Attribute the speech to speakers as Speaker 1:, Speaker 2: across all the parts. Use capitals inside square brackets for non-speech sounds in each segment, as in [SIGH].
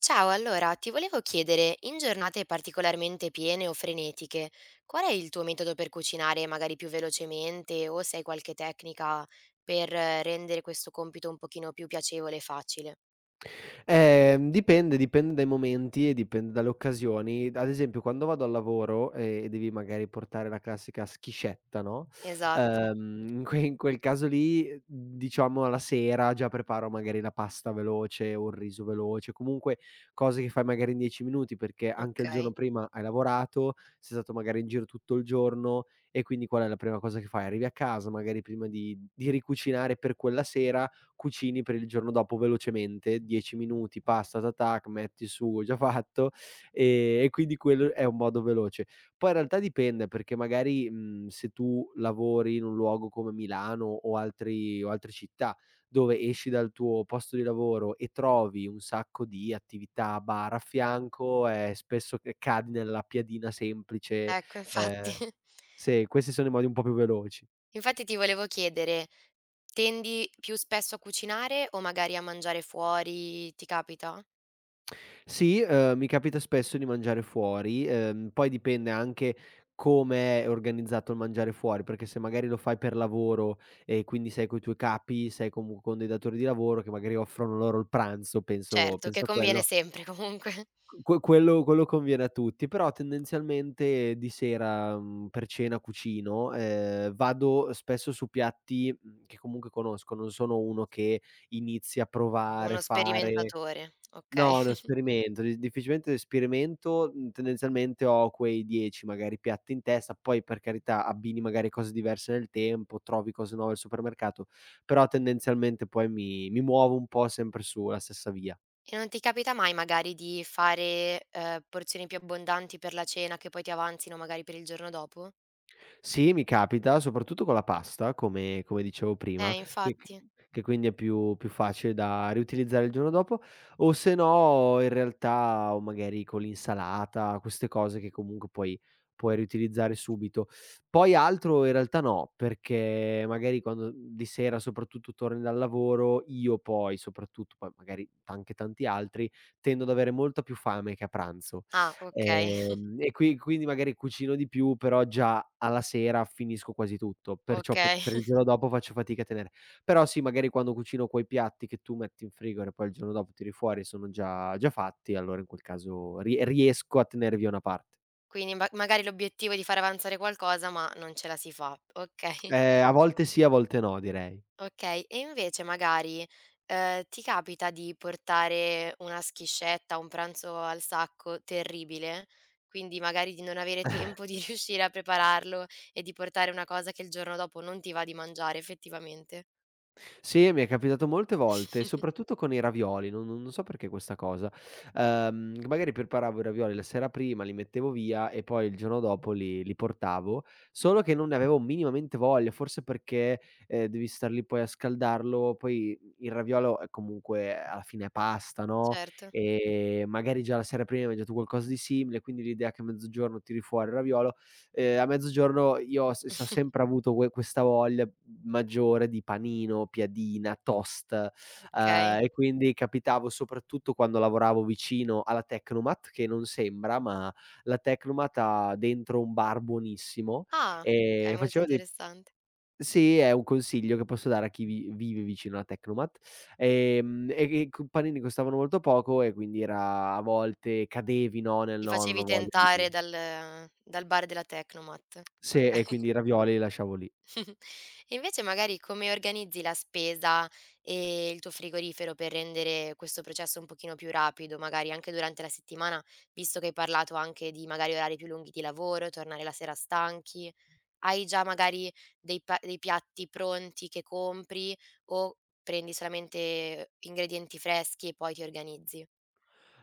Speaker 1: Ciao, allora ti volevo chiedere, in giornate particolarmente piene o frenetiche, qual è il tuo metodo per cucinare magari più velocemente o se hai qualche tecnica per rendere questo compito un pochino più piacevole e facile?
Speaker 2: Dipende, dipende dai momenti e dipende dalle occasioni. Ad esempio quando vado al lavoro e devi magari portare la classica schiscetta, no,
Speaker 1: Esatto,
Speaker 2: in quel caso lì, diciamo alla sera già preparo magari la pasta veloce o il riso veloce, comunque cose che fai magari in 10 minuti perché anche il
Speaker 1: okay.
Speaker 2: giorno prima hai lavorato, sei stato magari in giro tutto il giorno. E quindi qual è la prima cosa che fai? Arrivi a casa magari prima di ricucinare per quella sera, cucini per il giorno dopo velocemente, 10 minuti, pasta, tac, tac, metti il sugo già fatto. E quindi quello è un modo veloce. Poi in realtà dipende, perché magari, se tu lavori in un luogo come Milano o altri o altre città, dove esci dal tuo posto di lavoro e trovi un sacco di attività bar a fianco, spesso c cadi nella piadina semplice,
Speaker 1: Ecco infatti.
Speaker 2: ehm
Speaker 1: [LAUGHS]
Speaker 2: sì, questi sono i modi un po' più veloci.
Speaker 1: Infatti ti volevo chiedere, tendi più spesso a cucinare o magari a mangiare fuori, ti capita?
Speaker 2: Sì, mi capita spesso di mangiare fuori, poi dipende anche come è organizzato il mangiare fuori, perché se magari lo fai per lavoro e quindi sei coi tuoi capi, sei comu con dei datori di lavoro che magari offrono loro il pranzo, penso
Speaker 1: Certo, che
Speaker 2: penso a
Speaker 1: conviene
Speaker 2: quello,
Speaker 1: sempre comunque. [LAUGHS]
Speaker 2: quello conviene a tutti, però tendenzialmente di sera, per cena cucino, vado spesso su piatti, che comunque conosco, non sono uno che inizia a provare,
Speaker 1: Uno
Speaker 2: fare.
Speaker 1: sperimentatore, okay.
Speaker 2: No, non sperimento, di difficilmente sperimento, tendenzialmente ho quei 10 magari piatti in testa, poi per carità abbini magari cose diverse nel tempo, trovi cose nuove al supermercato, però tendenzialmente poi mi muovo un po' sempre sulla stessa via.
Speaker 1: E non ti capita mai magari di fare, porzioni più abbondanti per la cena che poi ti avanzino magari per il giorno dopo?
Speaker 2: Sì, mi capita, soprattutto con la pasta, come dicevo prima, che c
Speaker 1: Infatti.
Speaker 2: che quindi è più facile da riutilizzare il giorno dopo, o se no in realtà o magari con l'insalata, queste cose che comunque puoi riutilizzare subito. Poi altro in realtà no, perché magari quando di sera soprattutto torni dal lavoro, io poi soprattutto, poi magari anche tanti altri, tendo ad avere molta più fame che a pranzo.
Speaker 1: Ah, okay, [LAUGHS]
Speaker 2: E qui quindi magari cucino di più, però già alla sera finisco quasi tutto, perciò per
Speaker 1: okay.
Speaker 2: per il
Speaker 1: [LAUGHS]
Speaker 2: giorno dopo faccio fatica a tenere. Però sì, magari quando cucino quei piatti che tu metti in frigorifero e poi il giorno dopo tiri fuori sono già fatti, allora in quel caso riesco a tenere via una parte.
Speaker 1: Quindi ma magari l'obiettivo è di far avanzare qualcosa, ma non ce la si fa. Okay,
Speaker 2: A volte sì, a volte no direi.
Speaker 1: [LAUGHS] okay. E invece magari, ti capita di portare una schiscetta, un pranzo al sacco terribile? Quindi magari di non avere tempo di [LAUGHS] riuscire a prepararlo e di portare una cosa che il giorno dopo non ti va di mangiare effettivamente?
Speaker 2: Sì, mi è capitato molte volte, soprattutto con i ravioli, non so perché questa cosa. Magari preparavo i ravioli la sera prima, li mettevo via e poi il giorno dopo li portavo, solo che non ne avevo minimamente voglia, forse perché, devi star lì poi a scaldarlo, poi il raviolo è comunque alla fine è pasta, no,
Speaker 1: Certo,
Speaker 2: magari già la sera prima hai mangiato qualcosa di simile, quindi l'idea che a mezzogiorno tiri fuori il raviolo. A mezzogiorno io ho s s ho
Speaker 1: [LAUGHS]
Speaker 2: sempre avuto questa voglia maggiore di panino, piadina, toast,
Speaker 1: okay.
Speaker 2: e quindi capitavo soprattutto quando lavoravo vicino alla Tecnomat, che non sembra, ma la Tecnomat ha dentro un bar buonissimo
Speaker 1: Ah, okay,
Speaker 2: e
Speaker 1: molto
Speaker 2: faceva dei.
Speaker 1: interessante.
Speaker 2: Sì, è un consiglio che posso dare a chi vi vive vicino alla Tecnomat. E che co panini costavano molto poco e quindi era a volte cadevi, no, nel:
Speaker 1: Ti
Speaker 2: "No, non
Speaker 1: facevi
Speaker 2: ho voglia di".
Speaker 1: tentare dal bar della Tecnomat.
Speaker 2: Sì, e
Speaker 1: Okay.
Speaker 2: quindi i ravioli li lasciavo lì.
Speaker 1: [LAUGHS] E invece magari come organizzi la spesa e il tuo frigorifero per rendere questo processo un pochino più rapido, magari anche durante la settimana, visto che hai parlato anche di magari orari più lunghi di lavoro, tornare la sera stanchi. Hai già magari dei piatti pronti che compri o prendi solamente ingredienti freschi e poi ti organizzi?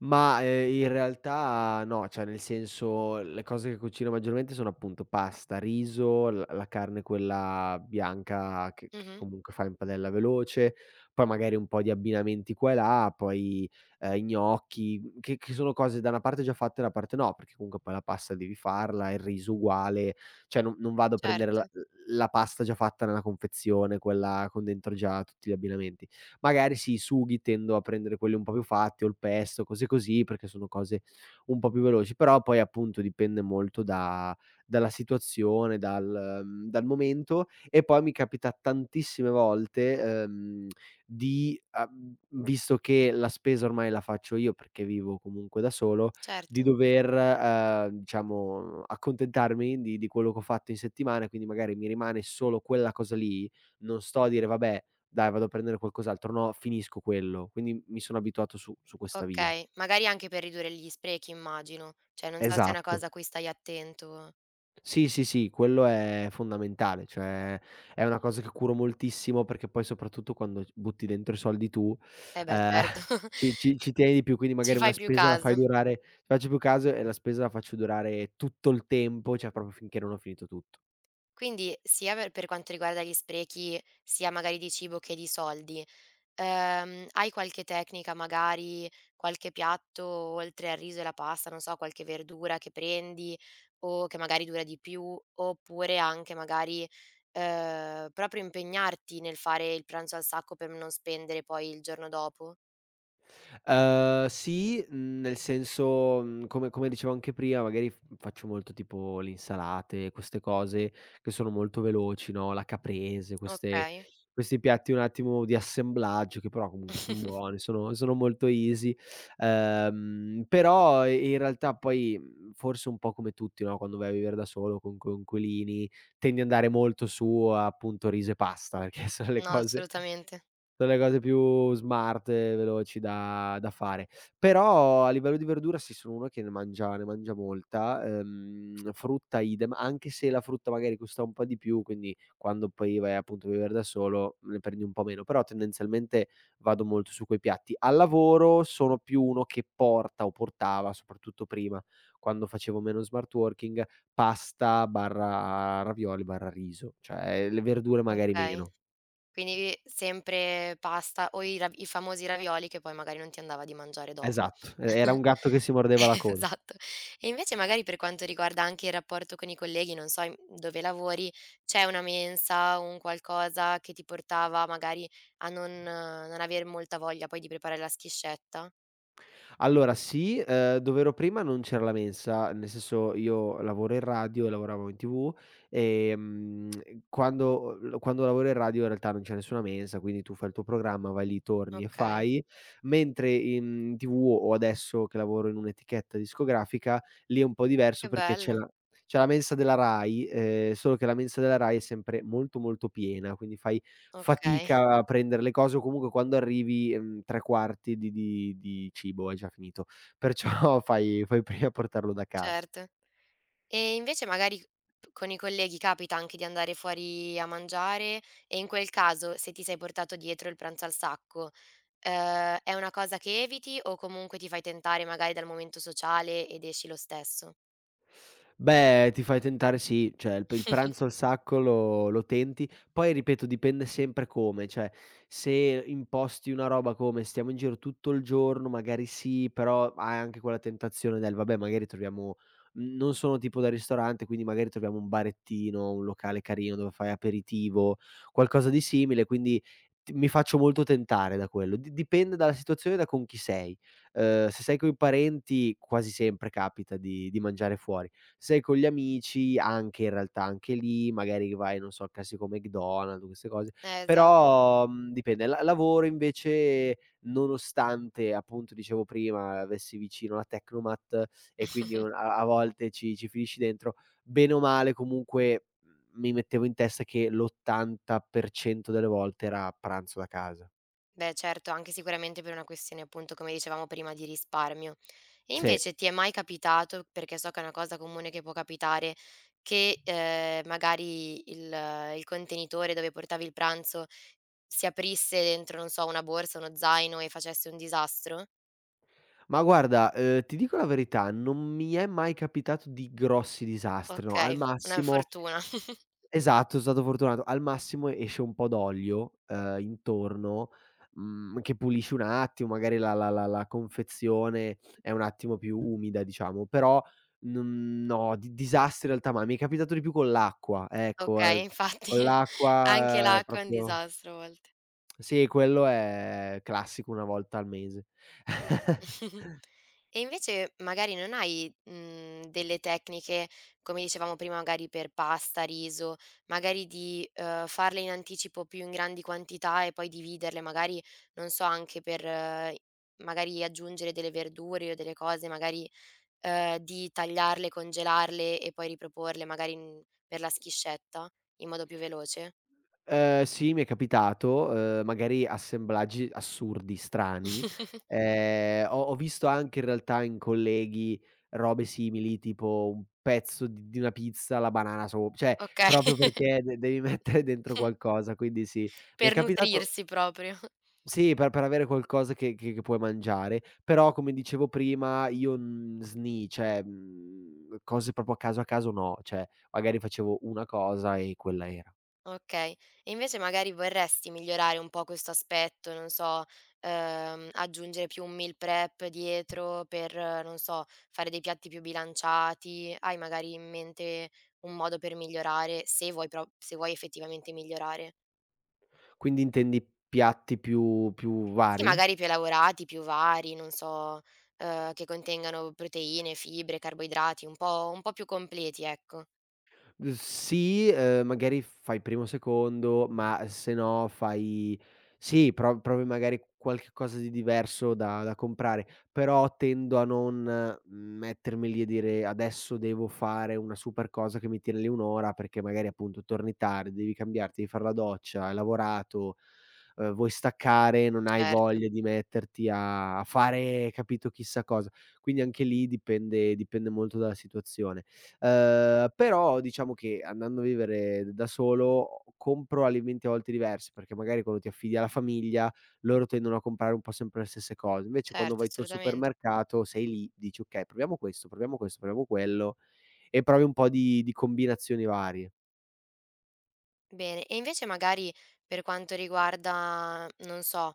Speaker 2: Ma, in realtà no, cioè nel senso, le cose che cucino maggiormente sono appunto pasta, riso, l la carne quella bianca che
Speaker 1: Mh-mh.
Speaker 2: comunque fa in padella veloce, poi magari un po' di abbinamenti qua e là, poi, gnocchi, che sono cose da una parte già fatte e da una parte no, perché comunque poi la pasta devi farla, il riso uguale, cioè non vado a prendere
Speaker 1: Certo,
Speaker 2: la pasta già fatta nella confezione, quella con dentro già tutti gli abbinamenti. Magari sì, i sughi tendo a prendere quelli un po' più fatti o il pesto, cose così, perché sono cose un po' più veloci, però poi appunto dipende molto da dalla situazione, dal momento e poi mi capita tantissime volte, di a visto che la spesa ormai la faccio io perché vivo comunque da solo, di
Speaker 1: certo.
Speaker 2: dover, diciamo accontentarmi di quello che ho fatto in settimana, quindi magari mi rimane solo quella cosa lì, non sto a dire: "Vabbè, dai, vado a prendere qualcos'altro. No, finisco quello. Quindi mi sono abituato su questa via."
Speaker 1: Okay, magari anche per ridurre gli sprechi immagino. Cioè, non so se è una
Speaker 2: Esatto.
Speaker 1: cosa a cui stai attento.
Speaker 2: Sì, sì, sì, quello è fondamentale, cioè è una cosa che curo moltissimo perché poi soprattutto quando c butti dentro i soldi tu,
Speaker 1: Eh beh,
Speaker 2: ehm,
Speaker 1: certo,
Speaker 2: [LAUGHS]
Speaker 1: [LAUGHS]
Speaker 2: ci tieni di più, quindi
Speaker 1: ci
Speaker 2: magari una
Speaker 1: fai più
Speaker 2: spesa la fai
Speaker 1: caso.
Speaker 2: durare faccio più caso e la spesa la faccio durare tutto il tempo, cioè proprio finché non ho finito tutto.
Speaker 1: Quindi sia per quanto riguarda gli sprechi, sia magari di cibo che di soldi. Hai qualche tecnica magari, qualche piatto oltre al riso e la pasta, non so, qualche verdura che prendi o che magari dura di più, oppure anche magari, proprio impegnarti nel fare il pranzo al sacco per non spendere poi il giorno dopo?
Speaker 2: Sì, nel senso, come dicevo anche prima, magari f faccio molto tipo le insalate, queste cose che sono molto veloci, no, la caprese, queste
Speaker 1: Okay.
Speaker 2: questi piatti un attimo di assemblaggio che però comunque son
Speaker 1: [LAUGHS]
Speaker 2: buoni, sono molto easy. Però i in realtà poi, forse un po' come tutti, no, quando vai a vivere da solo con coinquilini, tendi ad andare molto su, appunto, riso e pasta, [LAUGHS] perché sono le
Speaker 1: No,
Speaker 2: cose
Speaker 1: assolutamente.
Speaker 2: sono le cose più smart, e veloci da fare. Però a livello di verdura sì, sono uno che ne mangia molta, frutta idem, anche se la frutta magari costa un po' di più, quindi quando poi vai appunto a vivere da solo ne prendi un po' meno, però tendenzialmente vado molto su quei piatti. Al lavoro sono più uno che porta o portava, soprattutto prima, quando facevo meno smart working, pasta/ravioli/riso, cioè le verdure magari
Speaker 1: Okay.
Speaker 2: meno.
Speaker 1: Quindi sempre pasta o i famosi ravioli che poi magari non ti andava di mangiare dopo.
Speaker 2: Esatto, e era un
Speaker 1: [LAUGHS]
Speaker 2: gatto che si mordeva la coda.
Speaker 1: Esatto. E invece magari per quanto riguarda anche il rapporto con i colleghi, non so in dove lavori, c'è una mensa, un qualcosa che ti portava magari a non aver molta voglia poi di preparare la schiscetta?
Speaker 2: Allora sì, dove ero prima non c'era la mensa, nel senso io lavoro in radio e lavoravo in TV, ehm, quando lavoro in radio in realtà non c'è nessuna mensa, quindi tu fai il tuo programma, vai lì, torni e
Speaker 1: Okay,
Speaker 2: fai, mentre in TV o adesso che lavoro in un'etichetta discografica, lì è un po' diverso
Speaker 1: che
Speaker 2: perché c'è
Speaker 1: bello.
Speaker 2: la c'è la mensa della Rai, solo che la mensa della Rai è sempre molto, molto piena, quindi fai
Speaker 1: Okay,
Speaker 2: fatica a prendere le cose o comunque quando arrivi, 3/4 di cibo è già finito, perciò [LAUGHS] fai prima a portarlo da casa.
Speaker 1: certo. E invece magari p con i colleghi capita anche di andare fuori a mangiare e in quel caso, se ti sei portato dietro il pranzo al sacco, è una cosa che eviti o comunque ti fai tentare magari dal momento sociale ed esci lo stesso?
Speaker 2: Beh, ti fai tentare sì, cioè il pranzo al sacco lo tenti, poi ripeto dipende sempre come, cioè se imposti una roba come: "Stiamo in giro tutto il giorno", magari sì, però hai anche quella tentazione del: "Vabbè magari troviamo", non sono tipo da ristorante, quindi magari troviamo un barettino, un locale carino dove fai aperitivo, qualcosa di simile, quindi ti mi faccio molto tentare da quello. Di dipende dalla situazione e da con chi sei. Se sei coi parenti quasi sempre capita di mangiare fuori. Sei con gli amici, anche in realtà anche lì, magari vai, non so, al classico McDonald's, queste cose,
Speaker 1: Esa
Speaker 2: però, dipende. La lavoro invece, nonostante appunto dicevo prima, avessi vicino la Tecnomat e quindi un
Speaker 1: [LAUGHS]
Speaker 2: a a volte ci finisci dentro, bene o male comunque, mi mettevo in testa che l'80% delle volte era pranzo da casa.
Speaker 1: Beh certo, anche sicuramente per una questione appunto, come dicevamo prima, di risparmio. E
Speaker 2: Sì.
Speaker 1: invece ti è mai capitato, perché so che è una cosa comune che può capitare, che, magari il contenitore dove portavi il pranzo si aprisse dentro, non so, una borsa, uno zaino e facesse un disastro?
Speaker 2: Ma guarda, ti dico la verità, non mi è mai capitato di grossi disastri, no, al
Speaker 1: Okay, una
Speaker 2: massimo.
Speaker 1: fortuna. [LAUGHS]
Speaker 2: Esatto, so stato fortunato. Al massimo esce un po' d'olio, intorno, che pulisce un attimo, magari la confezione è un attimo più umida, diciamo, però non no, di disastri in realtà mai. Mi è capitato di più con l'acqua, ecco,
Speaker 1: Okay, infatti
Speaker 2: con
Speaker 1: anche
Speaker 2: l'acqua è
Speaker 1: l'acqua è un
Speaker 2: proprio.
Speaker 1: disastro a vol
Speaker 2: Sì, quello è classico, una volta al mese. [LAUGHS]
Speaker 1: [LAUGHS] E invece magari non hai, delle tecniche, come dicevamo prima magari per pasta, riso, magari di, farle in anticipo più in grandi quantità e poi dividerle, magari non so anche per magari aggiungere delle verdure o delle cose, magari, di tagliarle, congelarle e poi riproporle magari in per la schiscetta in modo più veloce?
Speaker 2: Sì, mi è capitato, magari assemblaggi assurdi, strani.
Speaker 1: [LAUGHS]
Speaker 2: Ho visto anche in realtà in colleghi robe simili, tipo un pezzo di una pizza, la banana cioè
Speaker 1: Okay,
Speaker 2: proprio perché de devi [LAUGHS] mettere dentro
Speaker 1: [LAUGHS]
Speaker 2: qualcosa, quindi sì. Mi è
Speaker 1: per
Speaker 2: capitato
Speaker 1: nutrirsi proprio.
Speaker 2: sì, per avere qualcosa che puoi mangiare, però come dicevo prima io, sni cioè, cose proprio a caso no, cioè magari facevo una cosa e quella era.
Speaker 1: Okay. E invece magari vorresti migliorare un po' questo aspetto, non so, aggiungere più un meal prep dietro per, non so, fare dei piatti più bilanciati? Hai magari in mente un modo per migliorare, se vuoi effettivamente migliorare?
Speaker 2: Quindi intendi piatti più
Speaker 1: Sì,
Speaker 2: vari?
Speaker 1: magari più elaborati, più vari, non so, che contengano proteine, fibre, carboidrati, un po' più completi, ecco.
Speaker 2: Sì, magari fai primo, secondo, ma se no fai sì, provi magari qualche cosa di diverso da comprare, però tendo a non mettermi lì e dire: "Adesso devo fare una super cosa che mi tiene lì un'ora ora", perché magari appunto torni tardi, devi cambiarti, devi far la doccia, hai lavorato, vuoi staccare, non hai
Speaker 1: Certo,
Speaker 2: voglia di metterti a fare, capito, chissà cosa. Quindi anche lì dipende molto dalla situazione. Però diciamo che andando a vivere da solo compro alimenti a volte diversi, perché magari quando ti affidi alla famiglia loro tendono a comprare un po' sempre le stesse cose. Invece quando
Speaker 1: certo,
Speaker 2: vai tu al, okay,
Speaker 1: assolutamente.
Speaker 2: supermercato sei lì, dici: "Okay, proviamo questo, proviamo questo, proviamo quello" e provi un po' di combinazioni varie.
Speaker 1: Bene, e invece magari per quanto riguarda, non so,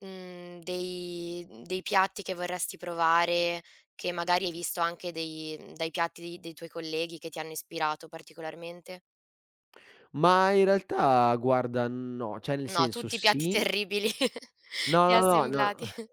Speaker 1: dei piatti che vorresti provare, che magari hai visto anche dai piatti dei tuoi colleghi che ti hanno ispirato particolarmente?
Speaker 2: Ma in realtà guarda no, cioè nel
Speaker 1: No,
Speaker 2: senso
Speaker 1: tutti i piatti
Speaker 2: sì.
Speaker 1: terribili [LAUGHS]
Speaker 2: No,
Speaker 1: e
Speaker 2: no, no, no.
Speaker 1: assemblati.
Speaker 2: [LAUGHS]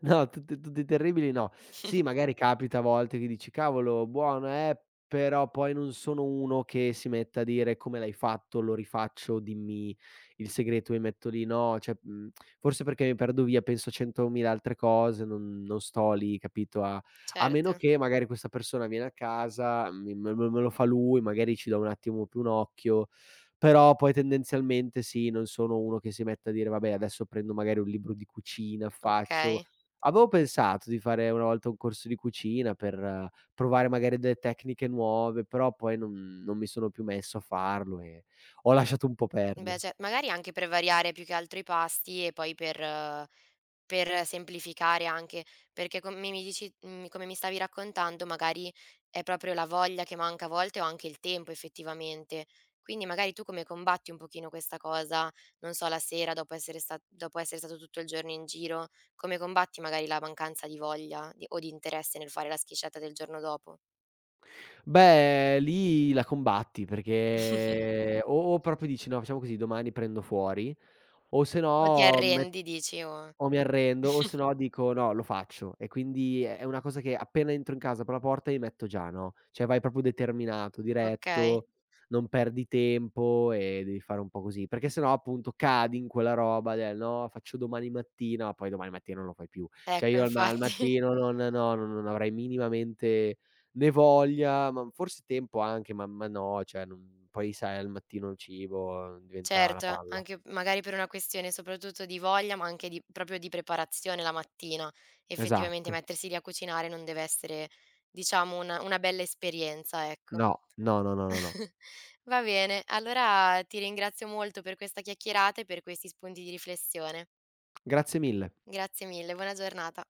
Speaker 2: No, tutti terribili no. Sì,
Speaker 1: [LAUGHS]
Speaker 2: magari capita a volte che dici: "Cavolo, buono, però poi non sono uno che si mette a dire: "Come l'hai fatto? Lo rifaccio, dimmi il segreto", mi metto lì, no, cioè, forse perché mi perdo via, penso a 100.000 altre cose, non sto lì, capito, a
Speaker 1: Certo,
Speaker 2: meno che magari questa persona viene a casa, mi me me lo fa lui, magari ci do un attimo più un occhio, però poi tendenzialmente sì, non sono uno che si mette a dire: "Vabbè, adesso prendo magari un libro di cucina, faccio"
Speaker 1: okay.
Speaker 2: avevo pensato di fare una volta un corso di cucina per provare magari delle tecniche nuove, però poi non mi sono più messo a farlo e ho lasciato un po'
Speaker 1: Beh,
Speaker 2: perdere.
Speaker 1: ce magari anche per variare più che altro i pasti e poi per semplificare anche, perché come mi dici come mi stavi raccontando, magari è proprio la voglia che manca a volte o anche il tempo effettivamente. Quindi magari tu come combatti un pochino questa cosa, non so, la sera dopo essere stato tutto il giorno in giro, come combatti magari la mancanza di voglia di o di interesse nel fare la schiscetta del giorno dopo?
Speaker 2: Beh, lì la combatti
Speaker 1: [LAUGHS]
Speaker 2: perché o proprio dici: "No, facciamo così, domani prendo fuori", o se
Speaker 1: O ti
Speaker 2: no me
Speaker 1: arrendi dici o
Speaker 2: o mi arrendo o se no dico: "No, lo faccio." E quindi è una cosa che appena entro in casa apro la porta mi metto già, no, cioè vai proprio determinato,
Speaker 1: okay.
Speaker 2: diretto, non perdi tempo e devi fare un po' così, perché se no appunto cadi in quella roba del: "No, faccio domani mattina", poi domani mattina non lo fai più. Cioè
Speaker 1: Ecco
Speaker 2: io al
Speaker 1: infatti.
Speaker 2: mattino non no, no, no, non avrei minimamente né voglia, ma forse tempo anche, ma no, cioè non poi sai al mattino il cibo diventa una
Speaker 1: Certo,
Speaker 2: palla.
Speaker 1: anche magari per una questione soprattutto di voglia, ma anche di proprio di preparazione la mattina. Effettivamente
Speaker 2: Esatto.
Speaker 1: mettersi lì a cucinare non deve essere, diciamo, una bella esperienza, ecco.
Speaker 2: No, no, no, no, no, no.
Speaker 1: [LAUGHS] Va bene, allora ti ringrazio molto per questa chiacchierata e per questi spunti di riflessione.
Speaker 2: Grazie mille.
Speaker 1: Grazie mille, buona giornata.